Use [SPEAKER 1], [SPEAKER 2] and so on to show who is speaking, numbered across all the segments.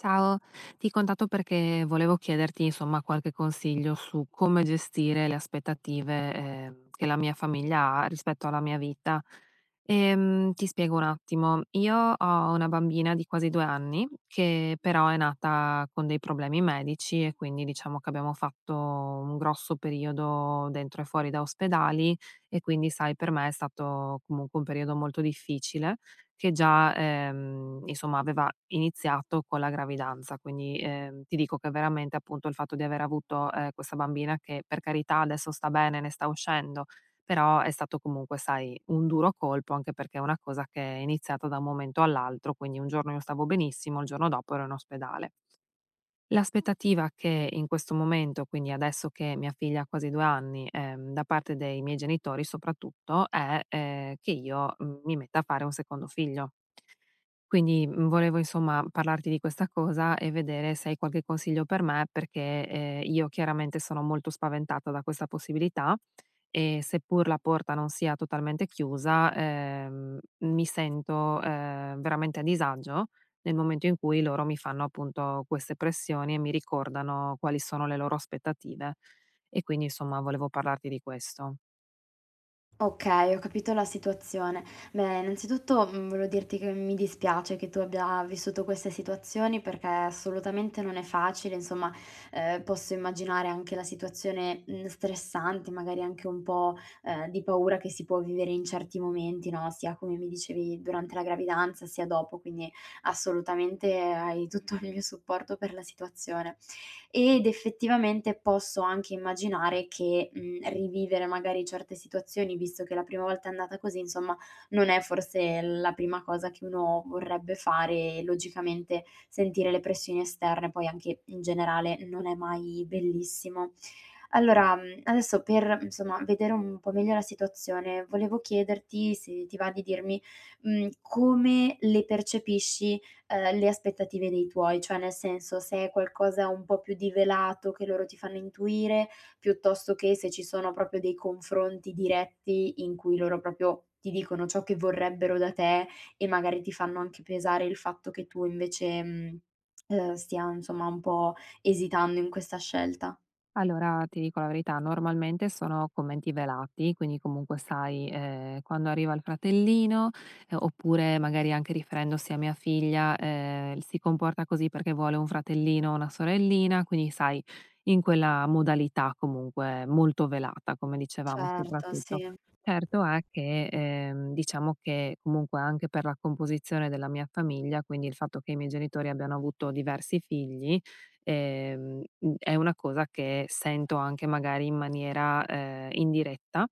[SPEAKER 1] Ciao, ti contatto perché volevo chiederti, insomma, qualche consiglio su come gestire le aspettative, che la mia famiglia ha rispetto alla mia vita. Ti spiego un attimo. Io ho una bambina di quasi 2 anni che però è nata con dei problemi medici e quindi diciamo che abbiamo fatto un grosso periodo dentro e fuori da ospedali e quindi sai, per me è stato comunque un periodo molto difficile che già, insomma aveva iniziato con la gravidanza. Quindi, ti dico che veramente appunto il fatto di aver avuto, questa bambina, che per carità adesso sta bene, ne sta uscendo, però è stato comunque, sai, un duro colpo, anche perché è una cosa che è iniziata da un momento all'altro: quindi un giorno io stavo benissimo, il giorno dopo ero in ospedale. L'aspettativa che in questo momento, quindi adesso che mia figlia ha quasi 2 anni, da parte dei miei genitori soprattutto è, che io, mi metta a fare un secondo figlio. Quindi, volevo insomma parlarti di questa cosa e vedere se hai qualche consiglio per me, perché, io chiaramente sono molto spaventata da questa possibilità e, seppur la porta non sia totalmente chiusa, mi sento, veramente a disagio nel momento in cui loro mi fanno appunto queste pressioni e mi ricordano quali sono le loro aspettative. E quindi insomma volevo parlarti di questo.
[SPEAKER 2] Okay, ho capito la situazione. Beh, innanzitutto, volevo dirti che mi dispiace che tu abbia vissuto queste situazioni perché assolutamente non è facile, insomma, posso immaginare anche la situazione, stressante, magari anche un po', di paura che si può vivere in certi momenti, no, sia come mi dicevi durante la gravidanza, sia dopo, quindi assolutamente hai tutto il mio supporto per la situazione ed effettivamente posso anche immaginare che, rivivere magari certe situazioni, visto che la prima volta è andata così, insomma, non è forse la prima cosa che uno vorrebbe fare e logicamente sentire le pressioni esterne poi anche in generale non è mai bellissimo. Allora, adesso per, insomma, vedere un po' meglio la situazione, volevo chiederti se ti va di dirmi, come le percepisci, le aspettative dei tuoi, cioè nel senso se è qualcosa un po' più di velato che loro ti fanno intuire, piuttosto che se ci sono proprio dei confronti diretti in cui loro proprio ti dicono ciò che vorrebbero da te e magari ti fanno anche pesare il fatto che tu invece, stia insomma un po' esitando in questa scelta.
[SPEAKER 1] Allora, ti dico la verità, normalmente sono commenti velati, quindi comunque sai, quando arriva il fratellino, oppure magari anche riferendosi a mia figlia, si comporta così perché vuole un fratellino o una sorellina, quindi sai, in quella modalità comunque molto velata, come dicevamo
[SPEAKER 2] Certo,
[SPEAKER 1] soprattutto.
[SPEAKER 2] sì.
[SPEAKER 1] Certo è che, diciamo che comunque anche per la composizione della mia famiglia, quindi il fatto che i miei genitori abbiano avuto diversi figli, è una cosa che sento anche magari in maniera, indiretta.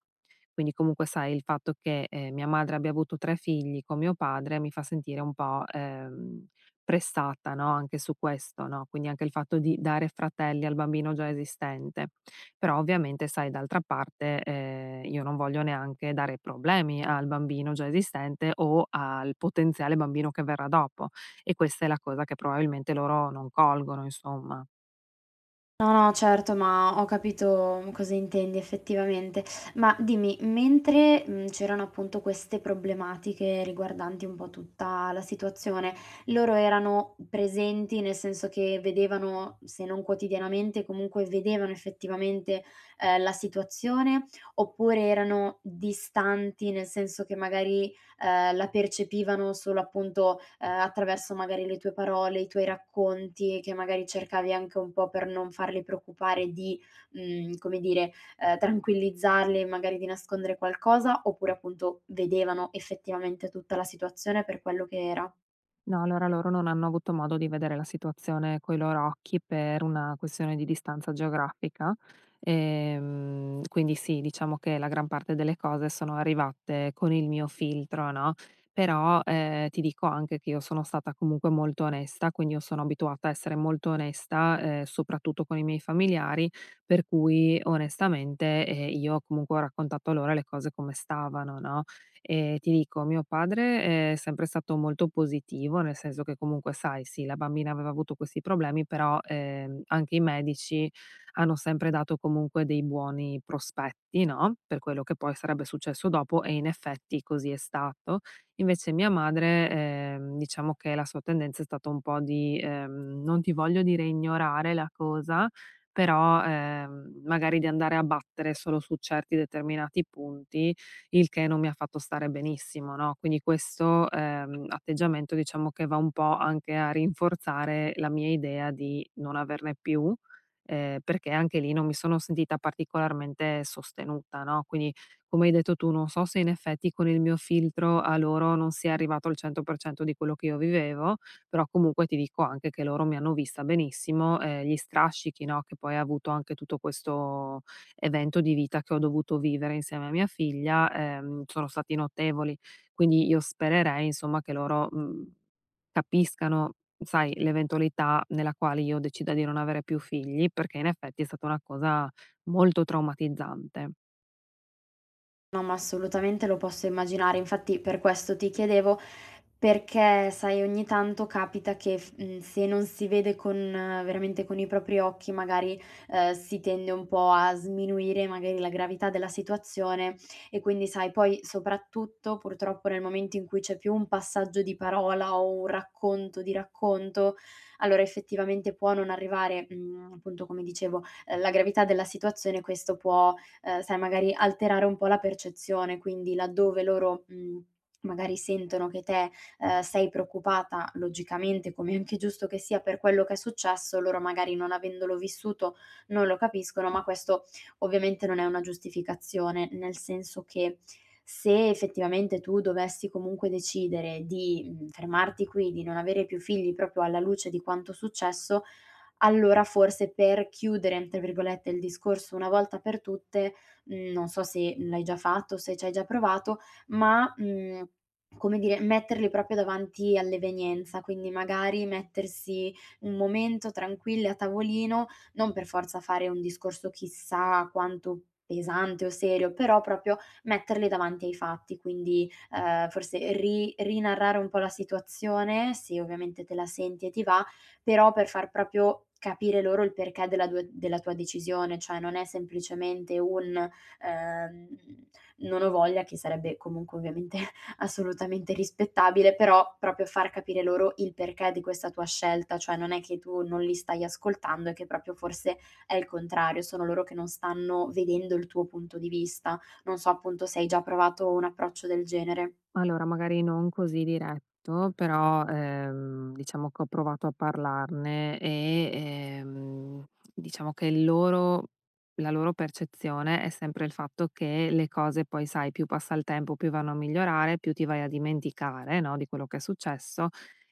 [SPEAKER 1] Quindi comunque sai il fatto che, mia madre abbia avuto 3 figli con mio padre mi fa sentire un po', pressata, no, anche su questo, no, quindi anche il fatto di dare fratelli al bambino già esistente. Però ovviamente sai, d'altra parte, io non voglio neanche dare problemi al bambino già esistente o al potenziale bambino che verrà dopo. E questa è la cosa che probabilmente loro non colgono, insomma.
[SPEAKER 2] No, no, certo, ma ho capito cosa intendi effettivamente. Ma dimmi, mentre, c'erano appunto queste problematiche riguardanti un po' tutta la situazione, loro erano presenti, nel senso che vedevano, se non quotidianamente, comunque vedevano effettivamente, la situazione, oppure erano distanti, nel senso che magari la percepivano solo appunto, attraverso magari le tue parole, i tuoi racconti, che magari cercavi anche un po' per non farli preoccupare di, come dire, tranquillizzarli, magari di nascondere qualcosa, oppure appunto vedevano effettivamente tutta la situazione per quello che era?
[SPEAKER 1] No, allora loro non hanno avuto modo di vedere la situazione coi loro occhi per una questione di distanza geografica. Quindi sì, diciamo che la gran parte delle cose sono arrivate con il mio filtro, no, però, ti dico anche che io sono stata comunque molto onesta, quindi io sono abituata a essere molto onesta, soprattutto con i miei familiari, per cui, onestamente, io comunque ho raccontato loro le cose come stavano, no? E ti dico, mio padre è sempre stato molto positivo, nel senso che comunque, sai, sì, la bambina aveva avuto questi problemi, però anche i medici hanno sempre dato comunque dei buoni prospetti, no? Per quello che poi sarebbe successo dopo, e in effetti così è stato. Invece mia madre, diciamo che la sua tendenza è stata un po' di, non ti voglio dire ignorare la cosa, però magari di andare a battere solo su certi determinati punti, il che non mi ha fatto stare benissimo, no, quindi questo, atteggiamento, diciamo che va un po' anche a rinforzare la mia idea di non averne più, perché anche lì non mi sono sentita particolarmente sostenuta, no, quindi, come hai detto tu, non so se in effetti con il mio filtro a loro non sia arrivato al 100% di quello che io vivevo, però comunque ti dico anche che loro mi hanno vista benissimo, gli strascichi, no, che poi ha avuto anche tutto questo evento di vita che ho dovuto vivere insieme a mia figlia, sono stati notevoli. Quindi io spererei insomma che loro, capiscano, sai, l'eventualità nella quale io decida di non avere più figli, perché in effetti è stata una cosa molto traumatizzante.
[SPEAKER 2] No, ma assolutamente lo posso immaginare. Infatti per questo ti chiedevo, perché sai ogni tanto capita che se non si vede con veramente con i propri occhi magari, si tende un po' a sminuire magari la gravità della situazione e quindi sai poi soprattutto purtroppo nel momento in cui c'è più un passaggio di parola o un racconto di racconto, allora effettivamente può non arrivare, appunto come dicevo, la gravità della situazione e questo può sai magari alterare un po' la percezione, quindi laddove loro, magari sentono che te, sei preoccupata, logicamente, come è anche giusto che sia, per quello che è successo, loro magari non avendolo vissuto non lo capiscono, ma questo ovviamente non è una giustificazione, nel senso che se effettivamente tu dovessi comunque decidere di, fermarti qui, di non avere più figli proprio alla luce di quanto è successo, allora forse per "chiudere" tra virgolette il discorso una volta per tutte, non so se l'hai già fatto, se ci hai già provato, ma, come dire, metterli proprio davanti all'evenienza, quindi magari mettersi un momento tranquilli a tavolino, non per forza fare un discorso chissà quanto pesante o serio, però proprio metterli davanti ai fatti, quindi, forse ri rinarrare un po' la situazione, se ovviamente te la senti e ti va, però per far proprio capire loro il perché della tua decisione, cioè non è semplicemente un, ehm, "non ho voglia", che sarebbe comunque ovviamente assolutamente rispettabile, però proprio far capire loro il perché di questa tua scelta, cioè non è che tu non li stai ascoltando, è che proprio forse è il contrario, sono loro che non stanno vedendo il tuo punto di vista. Non so appunto se hai già provato un approccio del genere.
[SPEAKER 1] Allora, magari non così diretto, però, diciamo che ho provato a parlarne e, diciamo che il loro la loro percezione è sempre il fatto che le cose poi, sai, più passa il tempo, più vanno a migliorare, più ti vai a dimenticare, no, di quello che è successo,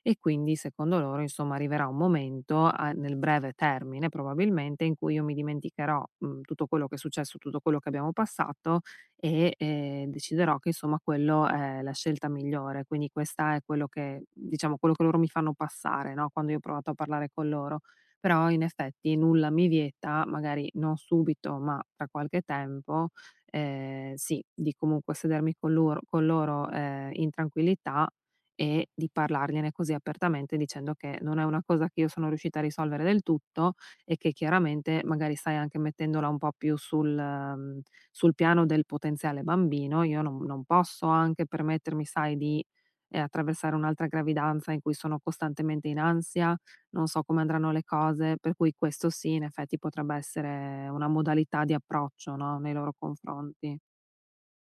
[SPEAKER 1] e quindi secondo loro, insomma, arriverà un momento a nel breve termine, probabilmente, in cui io mi dimenticherò, tutto quello che è successo, tutto quello che abbiamo passato e, deciderò che insomma quello è la scelta migliore. Quindi questa è quello che diciamo, quello che loro mi fanno passare, no, quando io ho provato a parlare con loro. Però in effetti nulla mi vieta, magari non subito, ma tra qualche tempo, sì, di comunque sedermi con loro, in tranquillità, e di parlargliene così apertamente, dicendo che non è una cosa che io sono riuscita a risolvere del tutto, e che chiaramente magari stai anche mettendola un po' più sul, sul piano del potenziale bambino. Io non posso anche permettermi, sai, di, attraversare un'altra gravidanza in cui sono costantemente in ansia, non so come andranno le cose, per cui questo sì, in effetti, potrebbe essere una modalità di approccio, no, nei loro confronti.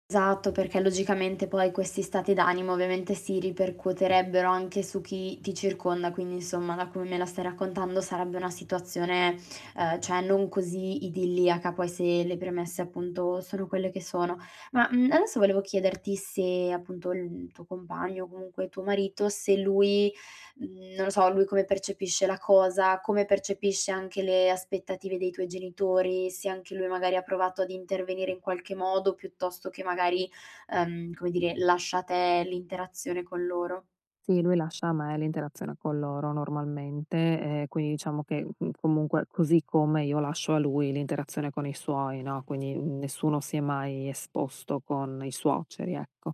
[SPEAKER 2] Esatto, perché logicamente poi questi stati d'animo ovviamente si ripercuoterebbero anche su chi ti circonda, quindi insomma da come me la stai raccontando sarebbe una situazione, cioè non così idilliaca, poi se le premesse appunto sono quelle che sono. Ma, adesso volevo chiederti se appunto il tuo compagno o comunque tuo marito, se lui, non lo so, lui come percepisce la cosa, come percepisce anche le aspettative dei tuoi genitori, se anche lui magari ha provato ad intervenire in qualche modo, piuttosto che magari, come dire, lascia a te l'interazione con loro.
[SPEAKER 1] Sì, lui lascia a me l'interazione con loro normalmente, quindi diciamo che, comunque, così come io lascio a lui l'interazione con i suoi, no, quindi nessuno si è mai esposto con i suoceri, ecco.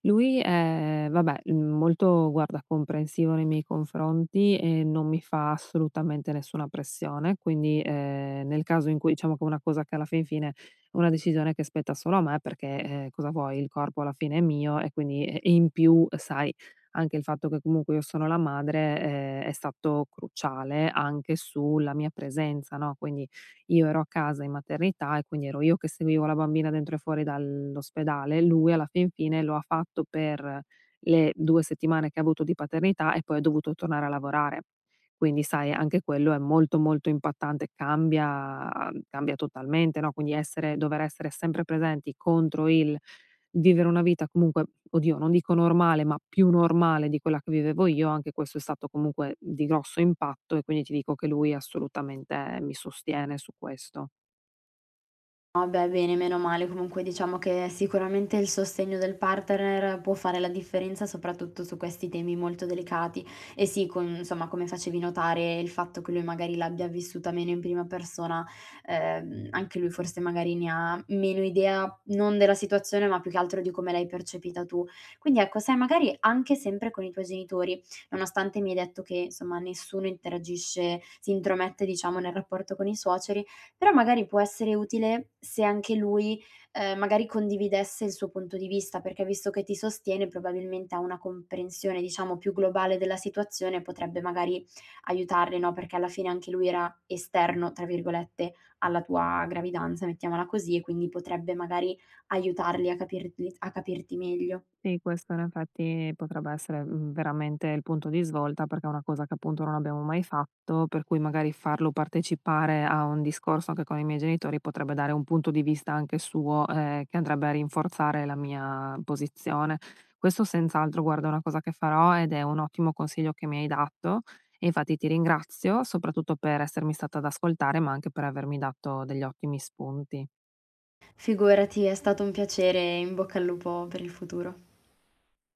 [SPEAKER 1] Lui è vabbè, molto, guarda, comprensivo nei miei confronti e non mi fa assolutamente nessuna pressione, quindi, nel caso, in cui diciamo che è una cosa che alla fin fine è una decisione che spetta solo a me, perché, cosa vuoi, il corpo alla fine è mio, e quindi e in più sai anche il fatto che comunque io sono la madre, è stato cruciale anche sulla mia presenza, no, quindi io ero a casa in maternità e quindi ero io che seguivo la bambina dentro e fuori dall'ospedale. Lui alla fin fine lo ha fatto per le 2 settimane che ha avuto di paternità e poi è dovuto tornare a lavorare. Quindi sai, anche quello è molto, molto impattante, cambia totalmente, no, quindi essere dover essere sempre presenti contro il vivere una vita comunque, oddio, non dico normale, ma più normale di quella che vivevo io, anche questo è stato comunque di grosso impatto, e quindi ti dico che lui assolutamente mi sostiene su questo.
[SPEAKER 2] No, beh, bene, meno male. Comunque diciamo che sicuramente il sostegno del partner può fare la differenza, soprattutto su questi temi molto delicati. E sì, con insomma, come facevi notare, il fatto che lui magari l'abbia vissuta meno in prima persona, anche lui forse magari ne ha meno idea, non della situazione, ma più che altro di come l'hai percepita tu. Quindi ecco, sai, magari anche sempre con i tuoi genitori, nonostante mi hai detto che insomma nessuno interagisce, si intromette, diciamo, nel rapporto con i suoceri però magari può essere utile se anche lui, magari condividesse il suo punto di vista, perché visto che ti sostiene probabilmente ha una comprensione, diciamo, più globale della situazione, potrebbe magari aiutarle, no, perché alla fine anche lui era "esterno" tra virgolette alla tua gravidanza, mettiamola così, e quindi potrebbe magari aiutarli a capirti meglio.
[SPEAKER 1] Sì, questo in effetti potrebbe essere, veramente il punto di svolta, perché è una cosa che appunto non abbiamo mai fatto, per cui magari farlo partecipare a un discorso anche con i miei genitori potrebbe dare un punto di vista anche suo, che andrebbe a rinforzare la mia posizione. Questo senz'altro, guarda, è una cosa che farò, ed è un ottimo consiglio che mi hai dato e infatti ti ringrazio, soprattutto per essermi stata ad ascoltare, ma anche per avermi dato degli ottimi spunti.
[SPEAKER 2] Figurati, è stato un piacere e in bocca al lupo per il futuro.